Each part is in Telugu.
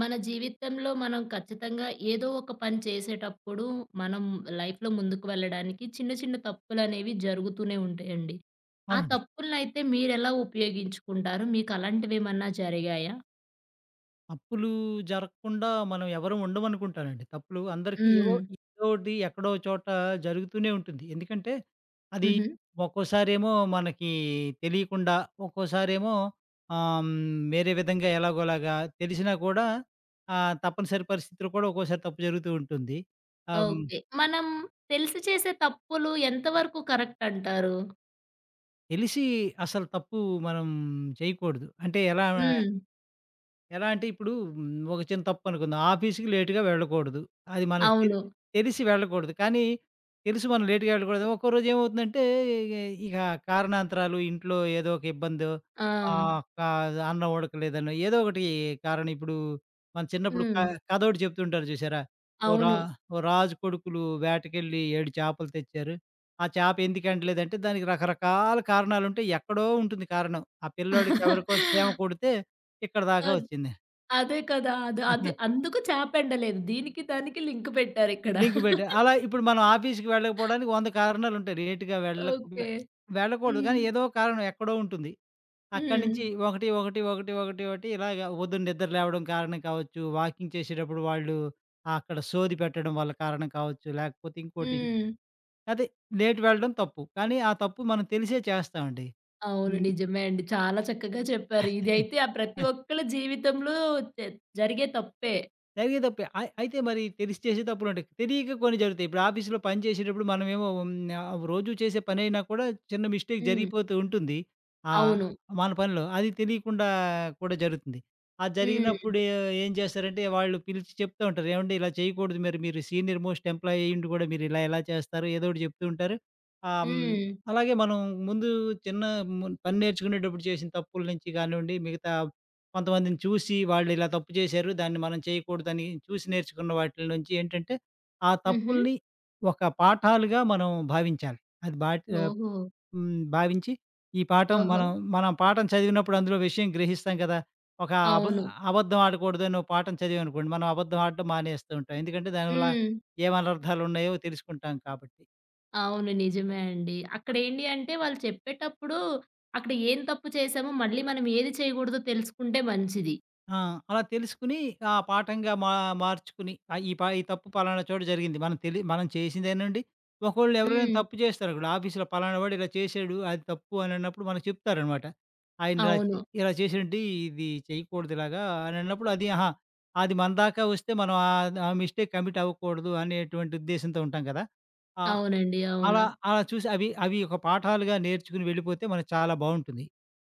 మన జీవితంలో మనం ఖచ్చితంగా ఏదో ఒక పని చేసేటప్పుడు మనం లైఫ్‌లో ముందుకు వెళ్ళడానికి చిన్న చిన్న తప్పులనేవి జరుగుతూనే ఉంటాయండి. ఆ అవునండి. తప్పులనైతే మీరెలా ఉపయోగించుకుంటారు? మీకలాంటివేమన్నా జరిగాయా? తప్పులు జరగకుండా మనం ఎవరం ఉండమనుకుంటానండి. తప్పులు అందరికీ ఏవో హ్మ్. ఏదోటి ఎక్కడో చోట జరుగుతూనే ఉంటుంది. ఎందుకంటే అది హుహు. ఒక్కోసారేమో మనకి తెలియకుండా, ఒక్కోసారేమో ఆహ్, హ్మ్, వేరే విధంగా ఎలాగోలాగా తెలిసినా కూడా తప్పనిసరి పరిస్థితుల్లో కూడా ఒక్కోసారి తప్పు జరుగుతూ ఉంటుంది. ఆహ్, హ్మ్, ఓకే. మనం తెలిసి చేసే తప్పులు ఎంతవరకు కరెక్ట్ అంటారు? తెలిసి అసలు తప్పు మనం చేయకూడదు. అంటే ఎలా హ్మ్. ఎలా అంటే ఇప్పుడు ఒక చిన్న తప్పనుకుందాం. ఆఫీస్‌కి లేట్‌గా వెళ్ళకూడదు. అది మనకు తె అవును. తెలిసి వెళ్ళకూడదు. కానీ తెలుసు మనం లేట్‌గా వెళ్ళకూడదు. ఒక్కో రోజు ఏమవుతుందంటే ఇక కారణాంతరాలు ఇంట్లో ఏదో ఒక ఇబ్బందో ఆ! ఆహ్, క అన్నం ఉడకలేదనో ఏదో ఒకటి కారణం ఇప్పుడు మన చిన్నప్పుడు క హ్మ్. కథోకటి చెప్తుంటారు చూసారా? ఓ రా అవును. ఓ రాజు కొడుకులు వేటకెళ్ళి 7 చేపలు తెచ్చారు. ఆ చేప ఎందుకు ఎండలేదంటే దానికి రకరకాల కారణాలుంటాయి. ఎక్కడో ఉంటుంది కారణం. ఆ పిల్లోడికి ఎవరికో చీమ కుడితే ఇక్కడ దాకా అద్ వచ్చింది. అదే కదా! అది అది అందుకు చేపెండలేదు. దీనికి దానికి లింక్ పెట్టారిక్కడ. లింక్ పెట్టా. అలా ఇప్పుడు మనం ఆఫీస్‌కి వెళ్ళకపోవడానికి 100 కారణాలుంటాయి. లేట్‌గా వెళ్ళక ఓకే. వెళ్ళకూడదు. కానీ హ్మ్. ఏదో కారణం ఎక్కడో ఉంటుంది. అక్కడి హ్మ్. నుంచి ఒకటి ఇలాగ పొద్దున్న నిద్ర లేవడం కారణం కావచ్చు. వాకింగ్ చేసేటప్పుడు వాళ్ళు అక్కడ సోది పెట్టడం వల్ల కారణం కావచ్చు. లేకపోతే ఇంకోటి ఇంకో హ్మ్. అదే లేట్ వెళ్ళడం తప్పు. కానీ ఆ తప్పు మనం తెలిసే చేస్తామండి. అవును. ని నిజమే అండి. చాలా చక్కగా చెప్పారు. ఇదైతే ఆ ప్రతి ఒక్కళ్ళ జీవితంలో జ జరిగే తప్పే. జరిగే తప్పే. అయితే మరి తెలిసి చేసేతప్పులుంటాయి. తెలియక కొన్ని జరుగుతాయి. ఇప్పుడు ఆఫీస్‌లో పని చేసేటప్పుడు మనమేమో రోజు చేసే పనైనా కూడా చిన్న మిస్టేక్ హ్మ్. జరిగిపోతూ ఉంటుంది. ఆహ్, అవును. మన పనిలో. అది తెలియకుండా కూడా జరుగుతుంది. అది హ్మ్. జరిగినప్పుడు ఏం చేస్తారంటే వాళ్ళు పిలిచి చెప్తా ఉంటారు. "ఏవండీ ఇలా చేయకూడదు మరి మీరు సీనియర్ మోస్ట్ ఎంప్లాయీ అయ్యుండి కూడా మీరు ఇలా ఎలా చేస్తారు?" ఏదో ఒకటి చెప్తూ ఉంటారు. ఆహ్, హ్మ్, హ్మ్. అలాగే మనం ముందు చిన్న ము పని నేర్చుకునేటప్పుడు చేసిన తప్పుల నుంచి కానివ్వండి మిగతా కొంతమందిని చూసి వాళ్ళు ఇలా తప్పు చేశారు. దాన్ని మనం చేయకూడదని చూసి నేర్చుకున్న వాటిల నుంచి ఏంటంటే, ఆ హుహు. తప్పుల్ని ఒక పాఠాలుగా మనం భావించాలి. అది బాట్ ఆహ్, ఓహో! హ్మ్. భావించి ఈ పాఠం ఓహో! మనం మనం పాఠం చదివినప్పుడు అందులో విషయం గ్రహిస్తాం కదా! ఒక అబ అవును. అబద్ధం ఆడకూడదు అని ఓ పాఠం చదివామనుకోండి. మనం అబద్ధం ఆడడం మానేస్తూ ఉంటాం. ఎందుకంటే దానివల్ల హ్మ్. ఏం అనర్థాలున్నాయో తెలుసుకుంటాం కాబట్టి. అవును. నిజమే అండి. అక్కడేంటి అంటే వాళ్ళు చెప్పేటప్పుడు అక్కడ ఏం తప్పు చేశామో మళ్ళీ మనం ఏది చేయకూడదో తెలుసుకుంటే మంచిది. ఆ! అలా తెలుసుకుని ఆ పాఠంగా మా మార్చుకుని ఈ తప్పు పలానా చోట జరిగింది. మనం చేసిందేనండి. ఒకళ్ళు ఎవరైనా హ్మ్. తప్పు చేస్తారనుకోండి ఆఫీస్‌లో పలానా వాడు ఇలా చేశాడు. అది తప్పు అని అన్నప్పుడు మనకు చెప్తారనమాట. ఆయన ఇలా చే అవును. ఇలా చేశాడండి. ఇది చేయకూడదు ఇలాగా అని అన్నప్పుడు అది ఆహా! అది మన దాకా వస్తే మనం ఆ మిస్టేక్ కమిట్ అవ్వకూడదు అనేటువంటి ఉద్దేశంతో ఉంటాం కదా! ఆహ్, అవునండి. అవును. అలా అలా చూసి అవి అవి ఒక పాఠాలుగా నేర్చుకుని వెళ్ళిపోతే మనకు చాలా బావుంటుంది.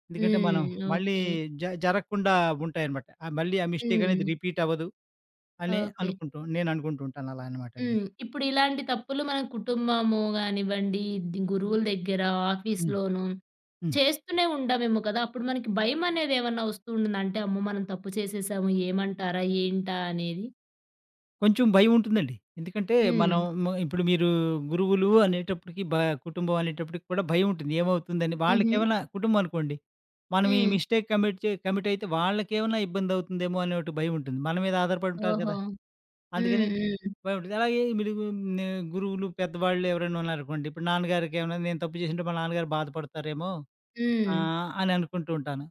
ఎందుకంటే మనం హ్మ్. మళ్ళీ ఓకే. జరగకుండా ఉంటాయన్నమాట. మళ్ళీ ఆ మిస్టేక్ అనేది హ్మ్. రిపీట్ అవ్వదు అని ఓకే. అనుకుంటూ ఉంటాను అలా అనమాట అండి. హ్మ్. ఇప్పుడు ఇలాంటి తప్పులు మన కుటుంబము గానివ్వండి, ది గురువుల దగ్గర, హ్మ్. ఆఫీస్‌లోను హ్మ్. చేస్తూనే ఉంటామేమో కదా! అప్పుడు మనకి భయమనేదేమన్నా వస్తూ ఉంటుందా? అంటే అమ్మో! మనం తప్పు చేసేసాము ఏమంటారా? ఏంటా? అనేది. కొంచెం భయం ఉంటుందండి. ఎందుకంటే హ్మ్. మనం మ ఇప్పుడు మీరు గురువులు అనేటప్పటికి బ కుటుంబం అనేటప్పటికి కూడా భయం ఉంటుంది. ఏమవుతుందని హుహు. వాళ్ళకేమైనా కుటుంబం అనుకోండి. మనం ఈ హ్మ్. మిస్టేక్ కమిట్ అయితే వాళ్ళకేమైనా ఇబ్బంది అవుతుందేమో అనే ఒకటి భయం ఉంటుంది. మన మీద ఆధారపడి ఉంటారు ఓహో! కదా! హ్మ్. అందుకని హ్మ్. బావుంటది. అలాగే మీరు నే గురువులు, పెద్దవాళ్ళు ఎవరైనా ఉన్నారనుకోండి. ఇప్పుడు నాన్నగారికేమైనా నేను తప్పు చేసింటే మా నాన్నగారు బాధపడతారేమో హ్మ్. అని అనుకుంటూ ఉంటాను.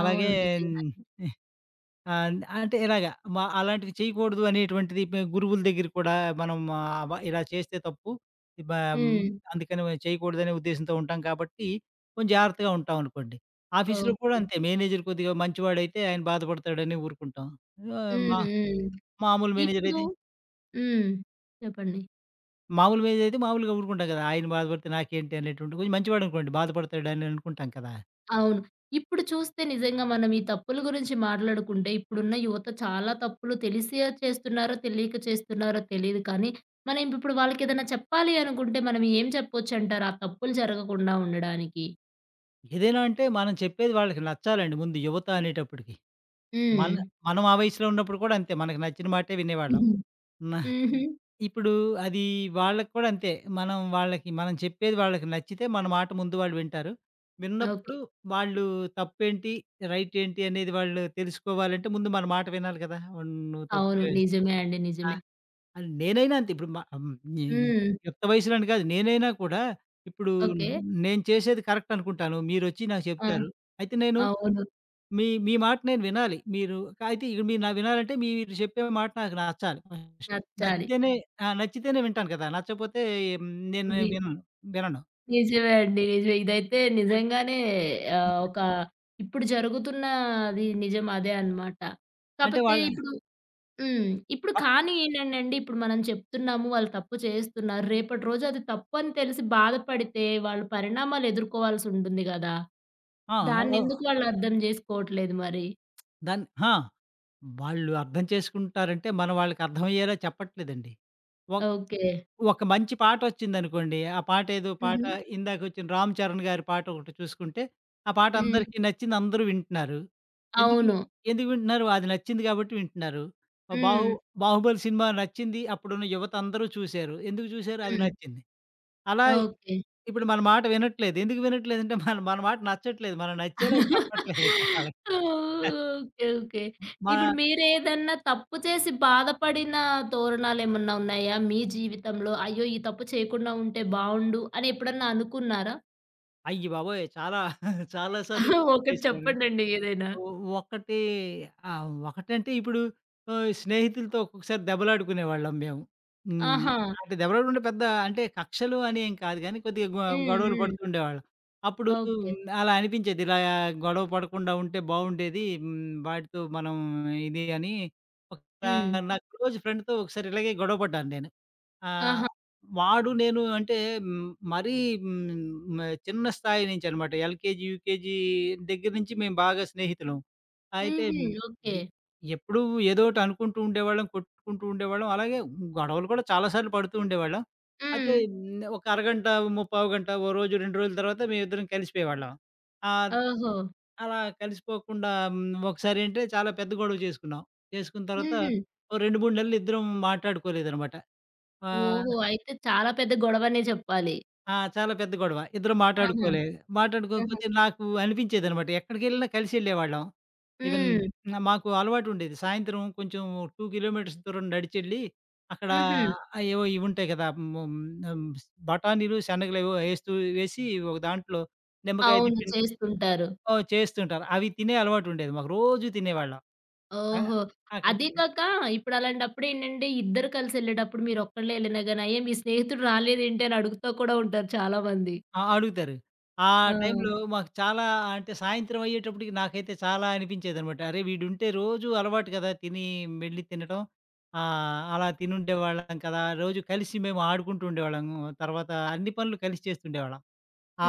అలాగే అవును. నిజంగా. ఆహ్, అంటే ఇలాగ మ అలాంటివి చేయకూడదు అనేటువంటిది గురువుల దగ్గర కూడా మనం ఇలా చేస్తే తప్పు. ఇది బ మ్, హ్మ్. అందుకని చేయకూడదనే ఉద్దేశంతో ఉంటాం కాబట్టి కొంచెం జాగ్రత్తగా ఉంటామనుకోండి. ఆఫీస్‌లో కూడా ఓకే. అంతే మేనేజర్ కొద్దిగా మంచివాడైతే ఆయన బాధపడతాడని ఊరుకుంటాం. ఆహ్, హ్మ్. మా హ్మ్. మామూలు మేనేజర్ ఇప్పుడు అయితే హ్మ్. చెప్పండి. మామూలు మీదైతే మామూలుగా ఊరుకుంటాం కదా! ఆయన బాధపడితే నాకేంటి అనేటువంటి కొంచెం మంచివాడనుకోండి బాధపడతాడని అనుకుంటాం కదా! అవును. ఇప్పుడు చూస్తే నిజంగా మనం ఈ తప్పుల గురించి మాట్లాడుకుంటే, ఇప్పుడున్న యువత చాలా తప్పులు తెలిసే చేస్తున్నారో, తెలియక చేస్తున్నారో తెలీదు కానీ, మనం ఇప్పుడు వాళ్ళకేదైనా చెప్పాలి అనుకుంటే మనం ఏం చెప్పొచ్చంటారు ఆ తప్పులు జరగకుండా ఉండడానికి? ఏదైనా అంటే మనం చెప్పేది వాళ్ళకి నచ్చాలండి ముందు యువత అనేటప్పటికి. హ్మ్. మన మనం ఆ వయసులో ఉన్నప్పుడు కూడా అంతే. మనకు నచ్చిన మాటే వినేవాళ్ళం. హుహు. న హుహు. ఇప్పుడు అది వాళ్ళకి కూడా అంతే. మనం వాళ్ళకి చెప్పేది వాళ్ళకి నచ్చితే మన మాట ముందు వాళ్ళు వింటారు. ఓకే. విన్నప్పుడు వాళ్ళు తప్పేంటి? రైట్ ఏంటి? అనేది వాళ్ళు తెలుసుకోవాలంటే ముందు మన మాట వినాలి కదా! ఉన్- నువ్వు తప్పు అవును. చేస్ నిజమే అండి. ఆ! నిజమే. అది నేనైనా అంతే. ఇప్పుడు మ హ్మ్. ఈ ఈ హ్మ్. యుక్త వయసులని కాదు. నేనైనా కూడా ఇప్పుడు ఓకే. నేను చేసేది కరెక్ట్ అనుకుంటాను. మీరొచ్చి నాకు ఆ! చెప్తారు. అయితే నేను అవును. మీ మీ మాట నేను వినాలి. అయితే ఇక మీరు నా వినాలంటే మీరు చెప్పే మాట నాకు నచ్చాలి ఫస్ట్. నచ్చాలి. నచ్చితేనే ఆ! నచ్చితేనే వింటాను కదా! నచ్చపోతే నేను వి వినను. వినను. నిజమే అండి. నిజమే. ఇదైతే నిజంగానే ఆహ్, ఒక ఇప్పుడు జరుగుతున్నది నిజం అదే అన్నమాట. అంటే కాపోతే వాళ్ళ ఇప్పుడు హ్మ్. ఇప్పుడు ఆహ్, కానీ ఏంటండి ఇప్పుడు మనం చెప్తున్నాము వాళ్ళు తప్పు చేస్తున్నారు. రేపటి రోజు అది తప్పు అని తెలిసి బాధపడితే వాళ్ళు పరిణామాలు ఎదుర్కోవాల్సి ఉంటుంది గదా! ఆ! ఓ దాన్నెందుకు వాళ్ళు అర్థం జేసుకోవట్లేదు మరి? దాన్ని ఆ! వాళ్ళు అర్థం చేసుకుంటారంటే, మనం వాళ్ళకి అర్థమయ్యేలా చెప్పట్లేదండి. ఒ ఓకే. ఒక మంచి పాటొచ్చిందనుకోండి. ఆ పాటేదో పాట హుహు. ఇందాకొచ్చిన 'రామ్ చరణ్' గారి పాటొకటి చూసుకుంటే, ఆ పాట హ్మ్. అందరికీ నచ్చింది. అందరూ వింటున్నారు. ఎందుకు అవును. ఎందుకు వింటున్నారు? అది నచ్చింది కాబట్టి వింటున్నారు. ఆహ్, బాహు హ్మ్. 'బాహుబలి' సినిమా నచ్చింది. అప్పుడున్న యువత అందరూ చూసారు. ఎందుకు చూసారు? అది హ్మ్. నచ్చింది. అలా ఓకే. ఇప్పుడు మన మాట వినట్లేదు. ఎందుకు వినట్లేదంటే మన మన మాట నచ్చట్లేదు. మనం నచ్చేలా చెప్పట్లేదు ఇక ఆళ్ళకి. ఓకే. ఓకే. ఇప్పుడు మన మీరేదన్నా తప్పు చేసి బాధపడిన తోరణాలేమన్నా ఉన్నాయా మీ జీవితంలో? అయ్యో! ఈ తప్పు చేయకుండా ఉంటే బావుండు అని ఎప్పుడన్నా అనుకున్నారా? అయ్య బాబోయ్! చాలా చాలా సార్లు తప్పు ఒకటి చేశాను. చెప్పండండి ఏదైనా. ఒ ఒకటి ఆ! ఒకటంటే ఇప్పుడు స్నేహితులతో ఒక్కొక్కసారి దెబ్బలాడుకునేవాళ్ళం మేము. హ్మ్. ఆహా! అంటే దెబ్బలాడుకుంటే పెద్ద అంటే కక్షలు అని ఏం కాదు గానీ, కొద్దిగా గొ హ్మ్. గొడవలు హ్మ్. పడుతూ ఉండేవాళ్ళం. అప్పుడు ఓకే. అలా అనిపించేది. ఇలా గొడవ పడకుండా ఉంటే బావుండేది. హ్మ్. వాటితో మనం ఇది అని ఒక హ్మ్. నా క్లోజ్ ఫ్రెండ్‌తో ఒకసారి ఇలాగే గొడవ పడ్డాను నేను. ఆహ్, ఆహా! వాడు నేను అంటే హ్మ్, మరీ హ్మ్, మ చిన్న స్థాయి నుంచనమాట. ఎల్‌కేజీ, యూకేజీ దగ్గర నుంచి మేము బాగా స్నేహితులం. అయితే హుహు. ఓకే. ఎ ఎప్పుడూ ఏదోకటి అనుకుంటూ ఉండేవాళ్ళం, కొట్టుకుంటూ ఉండేవాళ్ళం. అలాగే గొడవలు కూడా చాలా సార్లు పడుతూ ఉండేవాళ్ళం. అయితే హ్మ్. ఒక అరగంట, ముప్పావు గంట, ఓ రోజు, 2 రోజుల తర్వాత మేమిద్దరం కలిసిపోయేవాళ్ళం. ఆహ్, ఓహో! అలా కలిసిపోకుండా ఒకసారేంటే చాలా పెద్ద గొడవ చేసుకున్నాం. చేసుకున్న తర్వాత హుహు. ఓ 2, 3 నెలలు ఇద్దరం మాట్లాడుకోలేదనమాట. ఆ! ఓహో! అయితే చాలా పెద్ద గొడవనే చెప్పాలి. ఆ! చాలా పెద్ద గొడవ. ఇద్దరం ఆహా! మాటాడుకోలే. ఆహా! మాటాడుకోకపోతే నాకు అనిపించేదనమాట. ఎక్కడికెళ్ళినా కలిసెళ్ళేవాళ్ళం. ఈవెన్ హ్మ్. మాకు అలవాటుండేది. సాయంత్రం కొంచెం 2 కిలోమీటర్స్ దూరం నడిచెళ్ళి, అక్కడ హుహు. ఏవో ఇవుంటాయి కదా! హ్మ్, హ్మ్, బఠానీలు, శనగలేవో ఏస్తూ వేసి ఒక దాంట్లో నిమ్మకాయది అవును. పిండి చేస్తుంటారు. ఓహ్! చేస్తుంటారు. అవి తినే అలవాటుండేది మాకు. రోజూ తినేవాళ్ళం. ఆహ్, ఓహో! అక్కడ అదీ తిన్ కాక ఇప్పుడు అలాంటప్పుడేంటంటే, ఇద్దరు కలిసెళ్ళేటప్పుడు మీరొక్కళ్ళే ఎళ్ళినా గాని, అయ్యో! మీ స్నేహితుడు రాలేదేంటి అని అడుగుతా కూడా ఉంటారు చాలా మంది. ఆ! అడుగుతారు. ఆ ఆ! టైంలో మాకు చాలా అంటే సాయంత్రం అయ్యేటప్పటికి నాకైతే చాలా అనిపించేదనమాట. అరే! వీడుంటే రోజు అలవాటు కదా! వెళ్ళి తినటం. అలా తినుండేవాళ్ళం కదా! రోజు కలిసి మేము ఆడుకుంటూ ఉండేవాళ్ళము. తర్వాత అన్ని పనులు కలిసి చేస్తుండేవాళ్ళం.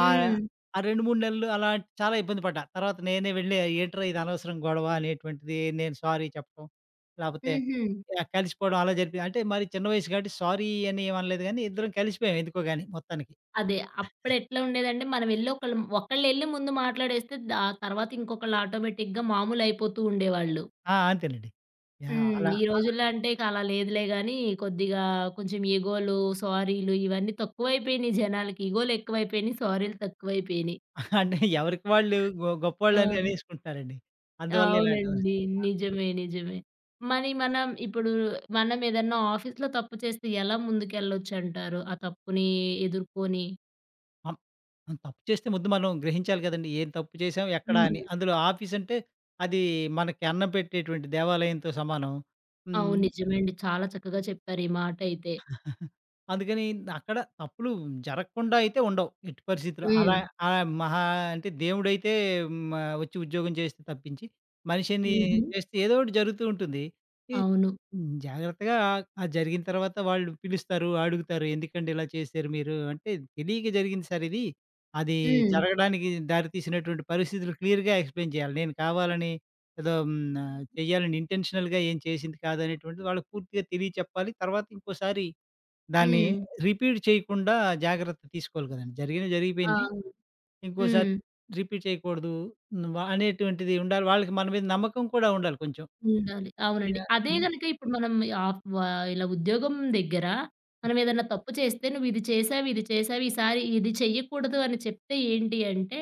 ఆహ్, ఆ 2, 3 నెలలు అలా చాలా ఇబ్బంది పడ్డా. తర్వాత నేనే వెళ్ళి ఏంట్రా ఇది అనవసరం గొడవ అనేటువంటిది నేను సారీ చెప్పడం. లేపోతే హుహు. కలిసిపోవడం అలా జరిపి అంటే మరి చిన్న వయసు కాబట్టి సారీ అని ఏమనలేదు గానీ ఇద్దరం కలిసిపోయాం ఎందుకో గాని మొత్తానికి. అదే. అప్పుడెట్లా ఉండేదంటే, మనం ఎళ్లి ఒకళ్ళం ఒకళ్ళెళ్లి ముందు మాట్లాడేస్తే, తర్వాత ఇంకొకళ్ళు ఆటోమేటిక్‌గా మామూలయిపోతూ ఉండేవాళ్ళు. ఆ! అంతేనండి. యాహ్! హ్మ్. అలా ఈ రోజుల్లో అంటే ఇక అలా లేదులే గానీ, కొద్దిగా కొంచెం ఈగోలు, సారీలు ఇవన్నీ తక్కువైపోయినియి జనాలకి. ఈగోలెక్కువైపోయినియి, సారీలు తక్కువైపోయినియి. అంటే ఎవరికి వాళ్ళు గొ ఆ! గొప్పోళ్ళని అనేసుకుంటున్నారండి. అందువల్ల ఇలాంటివి అవునండి. నిజమే. నిజమే. మరి మనం ఇప్పుడు మనం ఏదన్నా ఆఫీస్‌లో తప్పు చేస్తే ఎలా ముందుకెళ్ళొచ్చంటారు? ఆ తప్పుని ఎదుర్కొని. అం మనం తప్పు చేస్తే ముందు మనం గ్రహించాలి కదండీ. ఏం తప్పు చేసాం, ఎక్కడ హ్మ్. అని. అందులో ఆఫీసంటే అది మనకి అన్నం పెట్టేటువంటి దేవాలయంతో సమానం. అవును. హ్మ్. నిజమే అండి. చాలా చక్కగా చెప్పారు ఈ మాటైతే. అందుకని అక్కడ తప్పులు జరగకుండా అయితే ఉండవు. ఎట్టి పరిస్థితిలో. అలా హ్మ్. ఆహ్, మహా అంటే దేవుడైతే మ వచ్చి ఉద్యోగం చేస్తే తప్పించి, మనిషిని హుహు. హ్మ్. చేస్తే ఏదో ఒకటి జరుగుతూ ఉంటుంది. ఈ అవును. హ్మ్. జాగ్రత్తగా ఆ జరిగిన తర్వాత వాళ్ళు పిలుస్తారు, అడుగుతారు. ఎందుకండి ఇలా చేశారు మీరు? అంటే తెలియక జరిగింది సార్ ఇది. అది హ్మ్. జరగడానికి దారితీసినటువంటి పరిస్థితులు క్లియర్‌గా ఎక్స్‌ప్లెయిన్ చేయాలి. నేను కావాలని చేయాలని ఇంటెన్షనల్‌గా ఏం చేసింది కాదనేటువంటిది వాళ్ళకి పూర్తిగా తెలియచెప్పాలి. తర్వాత ఇంకోసారి దాన్ని హ్మ్. రిపీట్ చేయకుండా జాగ్రత్త తీసుకోవాలి కదండీ. జరిగింది జరిగిపోయింది. ఆ! ఇంకోసారి హ్మ్. రిపీట్ చేయకూడదు అనేటువంటిది ఉండాలి. వాళ్ళకి మన మీద నమ్మకం కూడా ఉండాలి కొంచెం. ఉండాలి. అవునండి. ఈయన అదే ఈ గనక ఇప్పుడు మనం ఆఫ్ వ ఇలా ఉద్యోగం దగ్గర హ్మ్. మనం ఏదన్నా తప్పు చేస్తే నువ్విది చేశావు, ఇది చేశావు, ఈసారి ఇది చెయ్యకూడదు అని చెప్తే ఏంటి అంటే,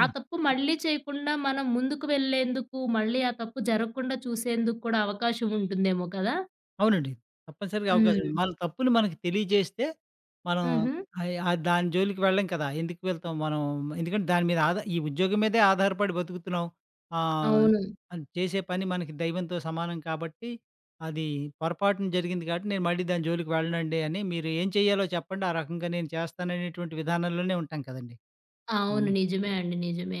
ఆ హ్మ్. తప్పు మళ్ళీ చేయకుండా మనం ముందుకు వెళ్ళేందుకు, మళ్ళీ ఆ తప్పు జరగకుండా చూసేందుకు కూడా అవకాశం ఉంటుందేమో కదా! అవునండి. తప్పనిసరిగా అవకాశం హ్మ్. ఉంది. మన తప్పులు మనకు తెలియజేస్తే మనం హుహు. దాని జోలికి వెళ్ళం కదా! ఎందుకు వెళ్తాం మనం? ఎందుకంటే దాని మీద ఆధా ఈ ఉద్యోగం మీదే ఆధారపడి బతుకుతున్నాం. ఆహ్, అవును. అది చేసే పని మనకి దైవంతో సమానం కాబట్టి, అది పొరపాటున జరిగింది కాబట్టి నేను మళ్ళీ దాని జోలికి వెళ్ళనండి అని మీరు ఏం చేయాలో చెప్పండి. ఆ రకంగా నేను చేస్తాననేటువంటి విధానంలోనే ఉంటాం కదండీ! అవును. హ్మ్. నిజమే అండి. నిజమే.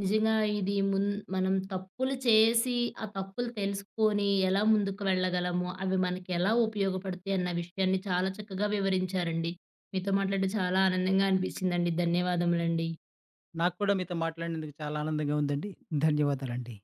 నిజంగా ఇది మనం తప్పులు చేసి, ఆ తప్పులు తెలుసుకొని ఎలా ముందుకు వెళ్ళగలము, అవి మనకి ఎలా ఉపయోగపడతాయి అన్న విషయాన్ని చాలా చక్కగా వివరించారండి. మీతో మాట్లాడడం చాలా ఆనందంగా అనిపించిందండి. ధన్యవాదములండి. నాకు కూడా మీతో మాట్లాడినందుకు చాలా ఆనందంగా ఉందండి. ధన్యవాదాలండి.